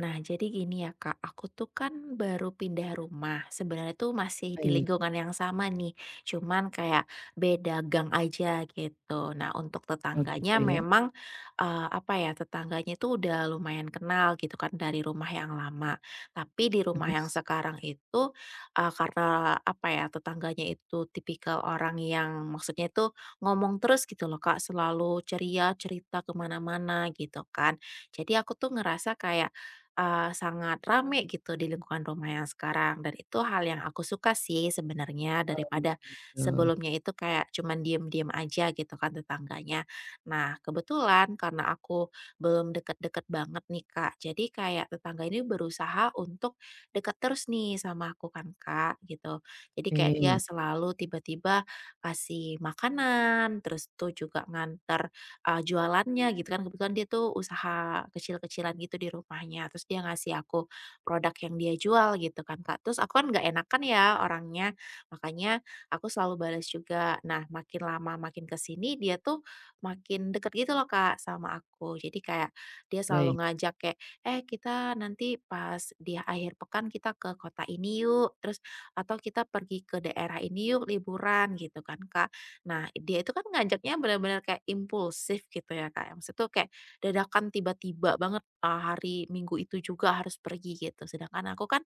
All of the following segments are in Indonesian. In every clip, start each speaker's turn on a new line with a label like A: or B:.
A: Nah, jadi gini ya Kak, aku tuh kan baru pindah rumah. Sebenarnya tuh masih di
B: Baik,
A: lingkungan yang sama nih, cuman kayak beda gang aja gitu. Nah, untuk
B: oh gitu
A: tetangganya
B: ya,
A: memang apa ya, tetangganya tuh udah lumayan kenal gitu kan dari rumah yang lama. Tapi di rumah yang
B: terus?
A: sekarang itu karena apa ya, tetangganya itu tipikal orang yang maksudnya itu ngomong terus gitu loh Kak, selalu ceria, cerita kemana-mana gitu kan. Jadi aku tuh ngerasa kayak sangat rame gitu di lingkungan rumah yang sekarang dan itu hal yang aku suka sih sebenarnya
B: Oh
A: daripada
B: gitu,
A: sebelumnya itu kayak cuman diem-diem aja gitu kan tetangganya. Nah kebetulan karena aku belum deket-deket banget nih Kak, jadi kayak tetangga ini berusaha untuk deket terus nih sama aku kan Kak gitu. Jadi kayak dia
B: oke,
A: selalu tiba-tiba kasih makanan, terus tuh juga nganter jualannya gitu kan, kebetulan dia tuh usaha kecil-kecilan gitu di rumahnya, terus dia ngasih aku produk yang dia jual gitu kan, Kak. Terus aku kan nggak enakan ya orangnya, makanya aku selalu balas juga. Nah, makin lama makin kesini dia tuh makin deket gitu loh, Kak, sama aku. Jadi kayak dia
B: baik,
A: selalu ngajak kayak, "Eh, kita nanti pas dia akhir pekan kita ke kota ini yuk," terus, "atau kita pergi ke daerah ini yuk liburan," gitu kan, Kak. Nah, dia itu kan ngajaknya benar-benar kayak impulsif gitu ya, Kak, ya, maksud tuh kayak dadakan tiba-tiba banget, hari Minggu itu juga harus pergi gitu, sedangkan aku kan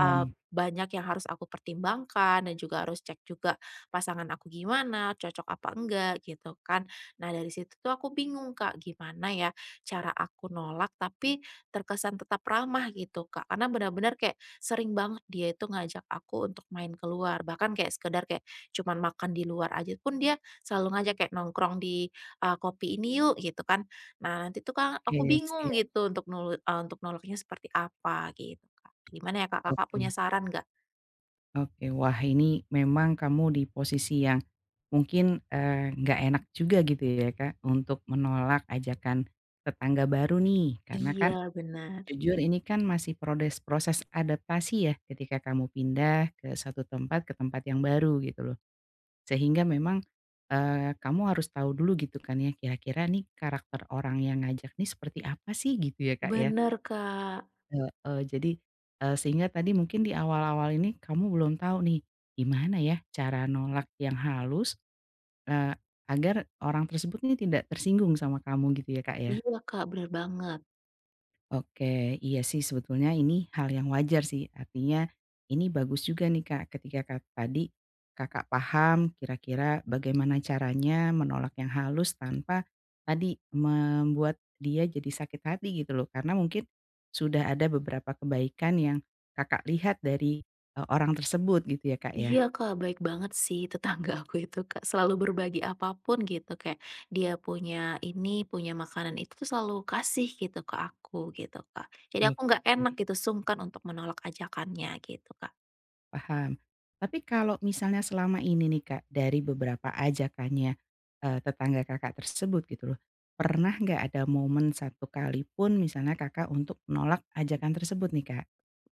A: eee, banyak yang harus aku pertimbangkan dan juga harus cek juga pasangan aku gimana, cocok apa enggak gitu kan. Nah dari situ tuh aku bingung Kak, gimana ya cara aku nolak tapi terkesan tetap ramah gitu Kak, karena benar-benar kayak sering banget dia itu ngajak aku untuk main keluar, bahkan kayak sekedar kayak cuman makan di luar aja pun dia selalu ngajak kayak, "Nongkrong di Kopi ini yuk," gitu kan. Nah, nanti tuh Kak, aku
B: oke
A: bingung
B: siap,
A: gitu untuk untuk nolaknya seperti apa gitu, Kak. Gimana ya, Kak? Kakak
B: oke
A: punya saran nggak?
B: oke. Wah, ini memang kamu di posisi yang mungkin, nggak enak juga gitu ya, Kak, untuk menolak ajakan tetangga baru nih, karena kan
A: Iya, bener.
B: jujur ini kan masih proses proses adaptasi ya ketika kamu pindah ke satu tempat, ke tempat yang baru gitu loh. Sehingga memang, kamu harus tahu dulu gitu kan ya, kira-kira nih karakter orang yang ngajak nih seperti apa sih gitu ya, Kak, ya.
A: Bener, Kak.
B: Heeh, jadi, sehingga tadi mungkin di awal-awal ini kamu belum tahu nih, gimana ya cara nolak yang halus, eee, agar orang tersebut nih tidak tersinggung sama kamu gitu ya, Kak, ya?
A: Iya, Kak, bener banget.
B: Oke, iya sih sebetulnya ini hal yang wajar sih. Artinya, ini bagus juga nih, Kak, ketika Kak tadi Kakak paham kira-kira bagaimana caranya menolak yang halus tanpa tadi membuat dia jadi sakit hati gitu loh. Karena mungkin sudah ada beberapa kebaikan yang Kakak lihat dari, orang tersebut gitu ya, Kak, ya?
A: Iya, Kak, baik banget sih tetangga aku itu, Kak, selalu berbagi apa pun gitu, kayak dia punya ini, punya makanan itu tuh selalu kasih gitu ke aku gitu, Kak. Jadi
B: Oke.
A: aku nggak enak gitu, sungkan untuk menolak ajakannya gitu, Kak.
B: Paham. Tapi kalau misalnya selama ini nih, Kak, dari beberapa ajakannya, tetangga Kakak tersebut gitu loh, pernah nggak ada momen satu kali pun misalnya Kakak untuk menolak ajakan tersebut nih, Kak?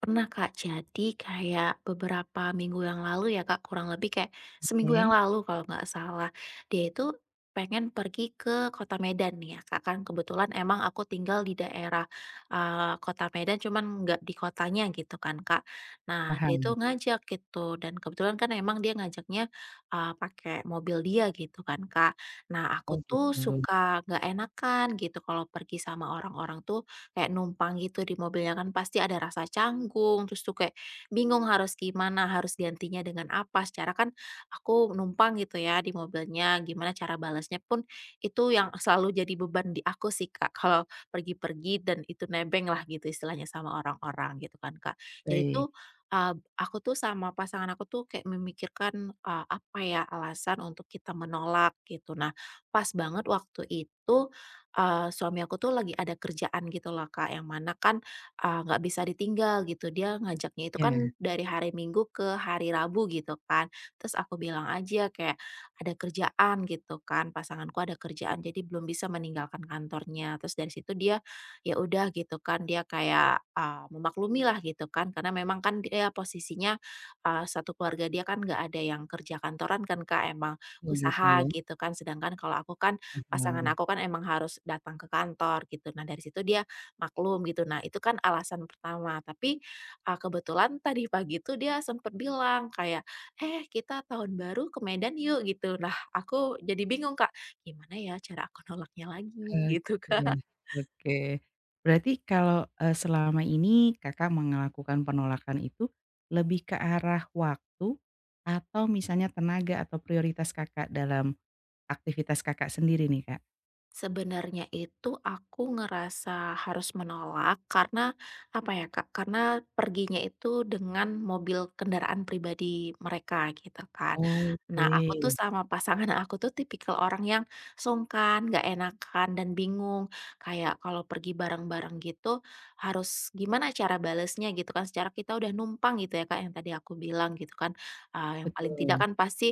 A: Pernah Kak, jadi kayak beberapa minggu yang lalu ya Kak, kurang lebih kayak seminggu
B: Oke.
A: yang lalu kalau nggak salah. Dia itu pengen pergi ke kota Medan nih ya Kak, kan kebetulan emang aku tinggal di daerah, kota Medan cuman nggak di kotanya gitu kan Kak. Nah dia itu
B: Paham?
A: ngajak gitu dan kebetulan kan emang dia ngajaknya, pakai mobil dia gitu kan Kak. Nah aku
B: Oh
A: tuh
B: gitu,
A: suka nggak enakan gitu kalau pergi sama orang-orang tuh kayak numpang gitu di mobilnya kan pasti ada rasa canggung, terus tuh kayak bingung harus gimana, harus gantinya dengan apa. Secara kan aku numpang gitu ya di mobilnya, gimana cara balasnya pun itu yang selalu jadi beban di aku sih Kak, kalau pergi-pergi dan itu nebeng lah gitu istilahnya sama orang-orang gitu kan Kak. Jadi
B: baik.
A: tuh, eee, aku tuh sama pasangan aku tuh kayak memikirkan, apa ya alasan untuk kita menolak gitu. Nah pas banget waktu itu suami aku tuh lagi ada kerjaan gitu loh Kak, yang mana kan, nggak bisa ditinggal gitu. Dia ngajaknya itu
B: Ya,
A: kan dari hari Minggu ke hari Rabu gitu kan. Terus aku bilang aja kayak, "Ada kerjaan," gitu kan, pasanganku ada kerjaan jadi belum bisa meninggalkan kantornya. Terus dari situ dia, ya udah gitu kan, dia kayak, memaklumi lah gitu kan, karena memang kan dia posisinya, satu keluarga dia kan nggak ada yang kerja kantoran kan Kak, emang
B: oh gitu
A: usaha
B: ya,
A: gitu kan. Sedangkan kalau aku kan pasangan
B: paham.
A: aku kan emang harus datang ke kantor gitu. Nah, dari situ dia maklum gitu. Nah, itu kan alasan pertama. Tapi ah, kebetulan tadi pagi tuh dia sempat bilang kayak, "Eh, kita tahun baru ke Medan yuk." gitu. Nah, aku jadi bingung, Kak, gimana ya cara aku nolaknya lagi
B: Oh
A: gitu,
B: gitu ya,
A: Kak.
B: oke. Berarti kalau, selama ini Kakak melakukan penolakan itu lebih ke arah waktu atau misalnya tenaga atau prioritas Kakak dalam aktivitas Kakak sendiri nih, Kak?
A: Sebenarnya itu aku ngerasa harus menolak karena apa ya Kak, karena perginya itu dengan mobil kendaraan pribadi mereka gitu kan. Nah
B: Oke.
A: aku tuh sama pasangan aku tuh tipikal orang yang sungkan, gak enakan, dan bingung. Kayak kalau pergi bareng-bareng gitu harus gimana cara balesnya gitu kan. Secara kita udah numpang gitu ya Kak yang tadi aku bilang gitu kan. Ah, yang paling
B: Betul.
A: tidak kan pasti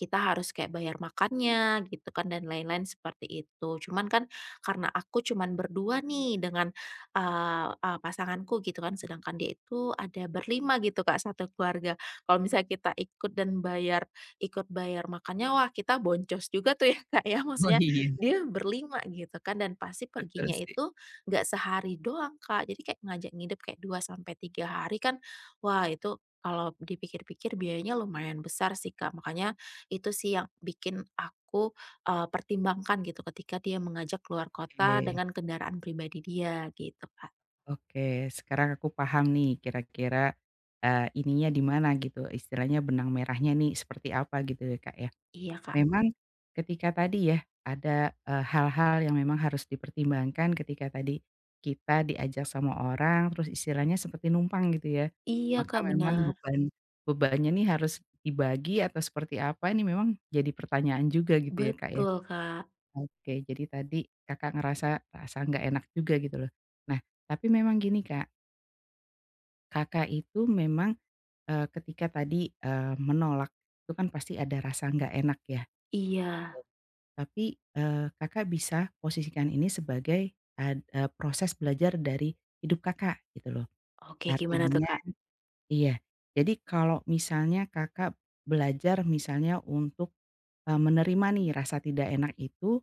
A: kita harus kayak bayar makannya gitu kan dan lain-lain seperti itu. Cuman kan karena aku cuman berdua nih dengan, eee eee, pasanganku gitu kan, sedangkan dia itu ada berlima gitu Kak, satu keluarga. Kalau misalnya kita ikut dan bayar ikut bayar makannya, wah kita boncos juga tuh ya Kak ya,
B: Oh
A: maksudnya
B: iya,
A: dia berlima gitu kan dan pasti
B: betul
A: perginya
B: sih.
A: itu nggak sehari doang Kak, jadi kayak ngajak nginep kayak 2 sampai 3 hari kan, wah itu kalau dipikir-pikir biayanya lumayan besar sih Kak. Makanya itu sih yang bikin aku, pertimbangkan gitu ketika dia mengajak keluar kota
B: Oke,
A: dengan kendaraan pribadi dia gitu, Kak.
B: oke, sekarang aku paham nih kira-kira, ininya di mana gitu, istilahnya benang merahnya nih seperti apa gitu ya, Kak, ya?
A: Iya, Kak.
B: Memang ketika tadi ya, ada, hal-hal yang memang harus dipertimbangkan ketika tadi kita diajak sama orang, terus istilahnya seperti numpang gitu ya.
A: Iya,
B: Maka
A: Kak,
B: memang
A: benar.
B: bebannya nih harus dibagi atau seperti apa ini memang jadi pertanyaan juga gitu ya, Kak, ya.
A: Betul, Kak.
B: Oke, jadi tadi Kakak ngerasa rasa nggak enak juga gitu loh. Nah, tapi memang gini, Kak, Kakak itu memang, ketika tadi, menolak itu kan pasti ada rasa nggak enak ya.
A: Iya.
B: Tapi, Kakak bisa posisikan ini sebagai proses belajar dari hidup Kakak gitu loh.
A: Oke, gimana tuh,
B: Artinya,
A: Kak?
B: iya, jadi kalau misalnya Kakak belajar misalnya untuk, menerima nih rasa tidak enak itu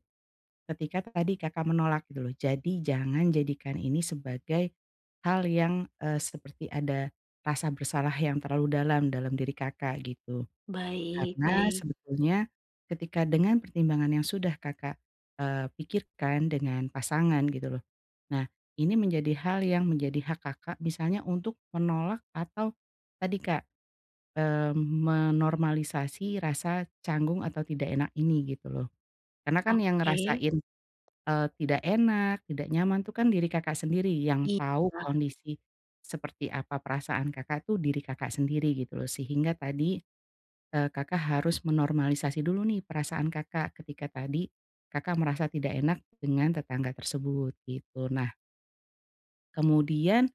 B: ketika tadi Kakak menolak gitu loh. Jadi jangan jadikan ini sebagai hal yang, seperti ada rasa bersalah yang terlalu dalam, dalam diri Kakak gitu.
A: Baik,
B: Karena
A: baik.
B: sebetulnya ketika dengan pertimbangan yang sudah Kakak, pikirkan dengan pasangan gitu loh. Nah, ini menjadi hal yang menjadi hak Kakak misalnya untuk menolak atau tadi Kak, menormalisasi rasa canggung atau tidak enak ini gitu loh. Karena kan yang
A: Oke.
B: ngerasain, tidak enak, tidak nyaman tuh kan diri Kakak sendiri yang
A: Iya.
B: tahu kondisi seperti apa perasaan Kakak tuh diri Kakak sendiri gitu loh. Sehingga tadi Kakak harus menormalisasi dulu nih perasaan Kakak ketika tadi Kakak merasa tidak enak dengan tetangga tersebut gitu. Nah, kemudian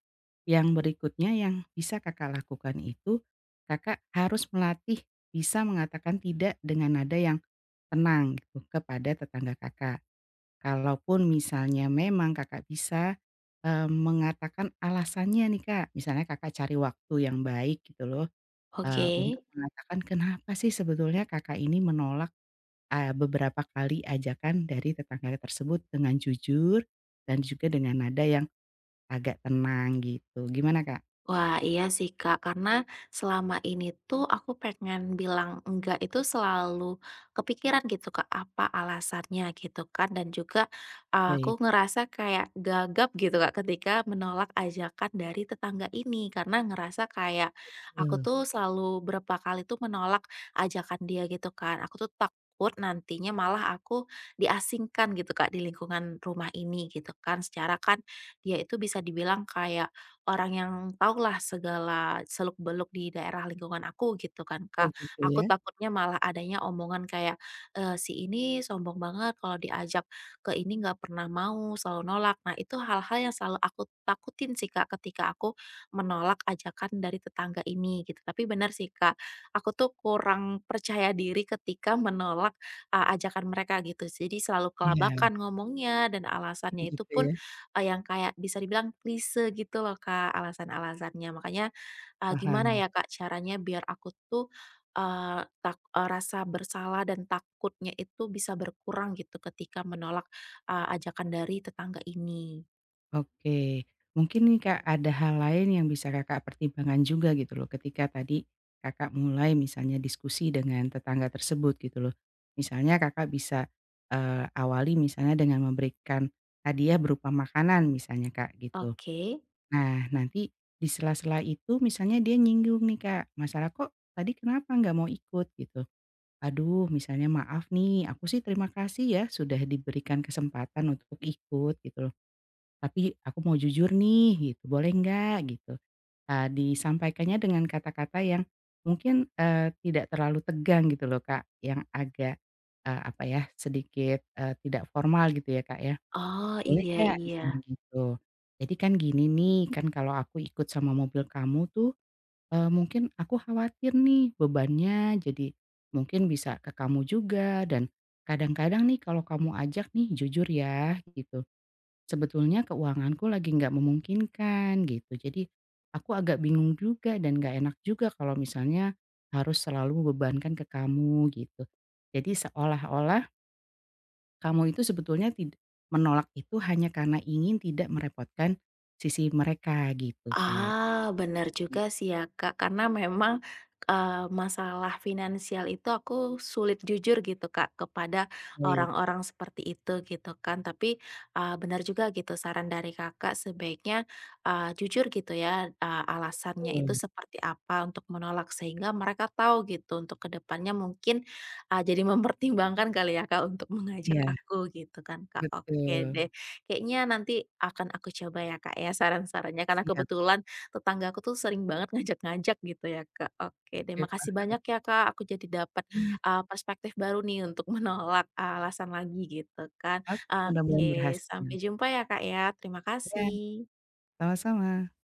B: yang berikutnya yang bisa Kakak lakukan itu, Kakak harus melatih bisa mengatakan tidak dengan nada yang tenang gitu kepada tetangga Kakak. Kalaupun misalnya memang Kakak bisa, mengatakan alasannya nih, Kak, misalnya Kakak cari waktu yang baik gitu loh,
A: Oke.
B: untuk mengatakan kenapa sih sebetulnya Kakak ini menolak beberapa kali ajakan dari tetangga tersebut dengan jujur dan juga dengan nada yang agak tenang gitu. Gimana, Kak?
A: Wah, iya sih, Kak, karena selama ini tuh aku pengen bilang enggak itu selalu kepikiran gitu, Kak, apa alasannya gitu kan dan juga,
B: Baik,
A: aku ngerasa kayak gagap gitu, Kak, ketika menolak ajakan dari tetangga ini karena ngerasa kayak aku
B: eee,
A: tuh selalu berapa kali tuh menolak ajakan dia gitu kan. Aku tuh takut nantinya malah aku diasingkan gitu, Kak, di lingkungan rumah ini gitu kan, secara kan dia itu bisa dibilang kayak orang yang tahulah segala seluk-beluk di daerah lingkungan aku gitu kan,
B: oh
A: Kak.
B: gitu
A: Aku
B: ya?
A: takutnya malah adanya omongan kayak, "Si ini sombong banget kalau diajak ke ini nggak pernah mau, selalu nolak." Nah, itu hal-hal yang selalu aku takutin sih, Kak, ketika aku menolak ajakan dari tetangga ini gitu. Tapi benar sih, Kak, aku tuh kurang percaya diri ketika menolak, ajakan mereka gitu. Jadi selalu
B: Iya,
A: kelabakan ngomongnya dan alasannya itu
B: gitu
A: pun
B: ya,
A: Yang kayak bisa dibilang klise gitu loh, Kak, alasan-alasannya. Makanya, gimana
B: paham.
A: ya, Kak, caranya biar aku tuh, eee, tak eee, rasa bersalah dan takutnya itu bisa berkurang gitu ketika menolak, ajakan dari tetangga ini.
B: Oke. Mungkin nih, Kak, ada hal lain yang bisa Kakak pertimbangkan juga gitu loh ketika tadi Kakak mulai misalnya diskusi dengan tetangga tersebut gitu loh. Misalnya Kakak bisa, awali misalnya dengan memberikan hadiah berupa makanan misalnya, Kak, gitu.
A: Oke.
B: Nah, nanti di sela-sela itu misalnya dia nyinggung nih, Kak, masalah, "Kok tadi kenapa nggak mau ikut?" gitu. "Aduh, misalnya maaf nih, aku sih terima kasih ya sudah diberikan kesempatan untuk ikut," gitu loh, "tapi aku mau jujur nih," gitu, "boleh nggak?" gitu. Disampaikannya dengan kata-kata yang mungkin, tidak terlalu tegang gitu loh, Kak, yang agak, apa ya, sedikit, tidak formal gitu ya, Kak, ya.
A: Oh,
B: Boleh
A: iya,
B: nggak misalnya
A: iya.
B: gitu. Jadi kan gini nih, kan kalau aku ikut sama mobil kamu tuh, mungkin aku khawatir nih bebannya jadi mungkin bisa ke kamu juga dan kadang-kadang nih kalau kamu ajak nih jujur ya gitu, sebetulnya keuanganku lagi nggak memungkinkan gitu. Jadi aku agak bingung juga dan nggak enak juga kalau misalnya harus selalu membebankan ke kamu gitu. Jadi seolah-olah kamu itu sebetulnya tidak menolak itu hanya karena ingin tidak merepotkan sisi mereka gitu, Kak.
A: Ah, benar juga sih ya, Kak. Karena memang, masalah finansial itu aku sulit jujur gitu, Kak, kepada
B: Baik.
A: orang-orang seperti itu gitu kan. Tapi, benar juga gitu saran dari Kakak sebaiknya, jujur gitu ya, alasannya itu
B: Betul,
A: seperti apa untuk menolak sehingga mereka tahu gitu untuk kedepannya mungkin, jadi mempertimbangkan kali ya, Kak, untuk mengajak
B: iya,
A: aku gitu kan, Kak. Oke
B: betul.
A: deh. Kayaknya nanti akan aku coba ya, Kak, ya, saran-sarannya karena
B: Siap,
A: kebetulan tetangga aku tuh sering banget ngajak-ngajak gitu ya, Kak. Oke
B: oke,
A: terima kasih
B: paham.
A: banyak ya, Kak, aku jadi dapat,
B: Iya,
A: perspektif baru nih untuk menolak alasan lagi gitu kan.
B: oke, mudah-mudahan
A: Oke,
B: berhasil.
A: sampai jumpa ya, Kak, ya. Terima
B: Iya,
A: kasih.
B: sama-sama.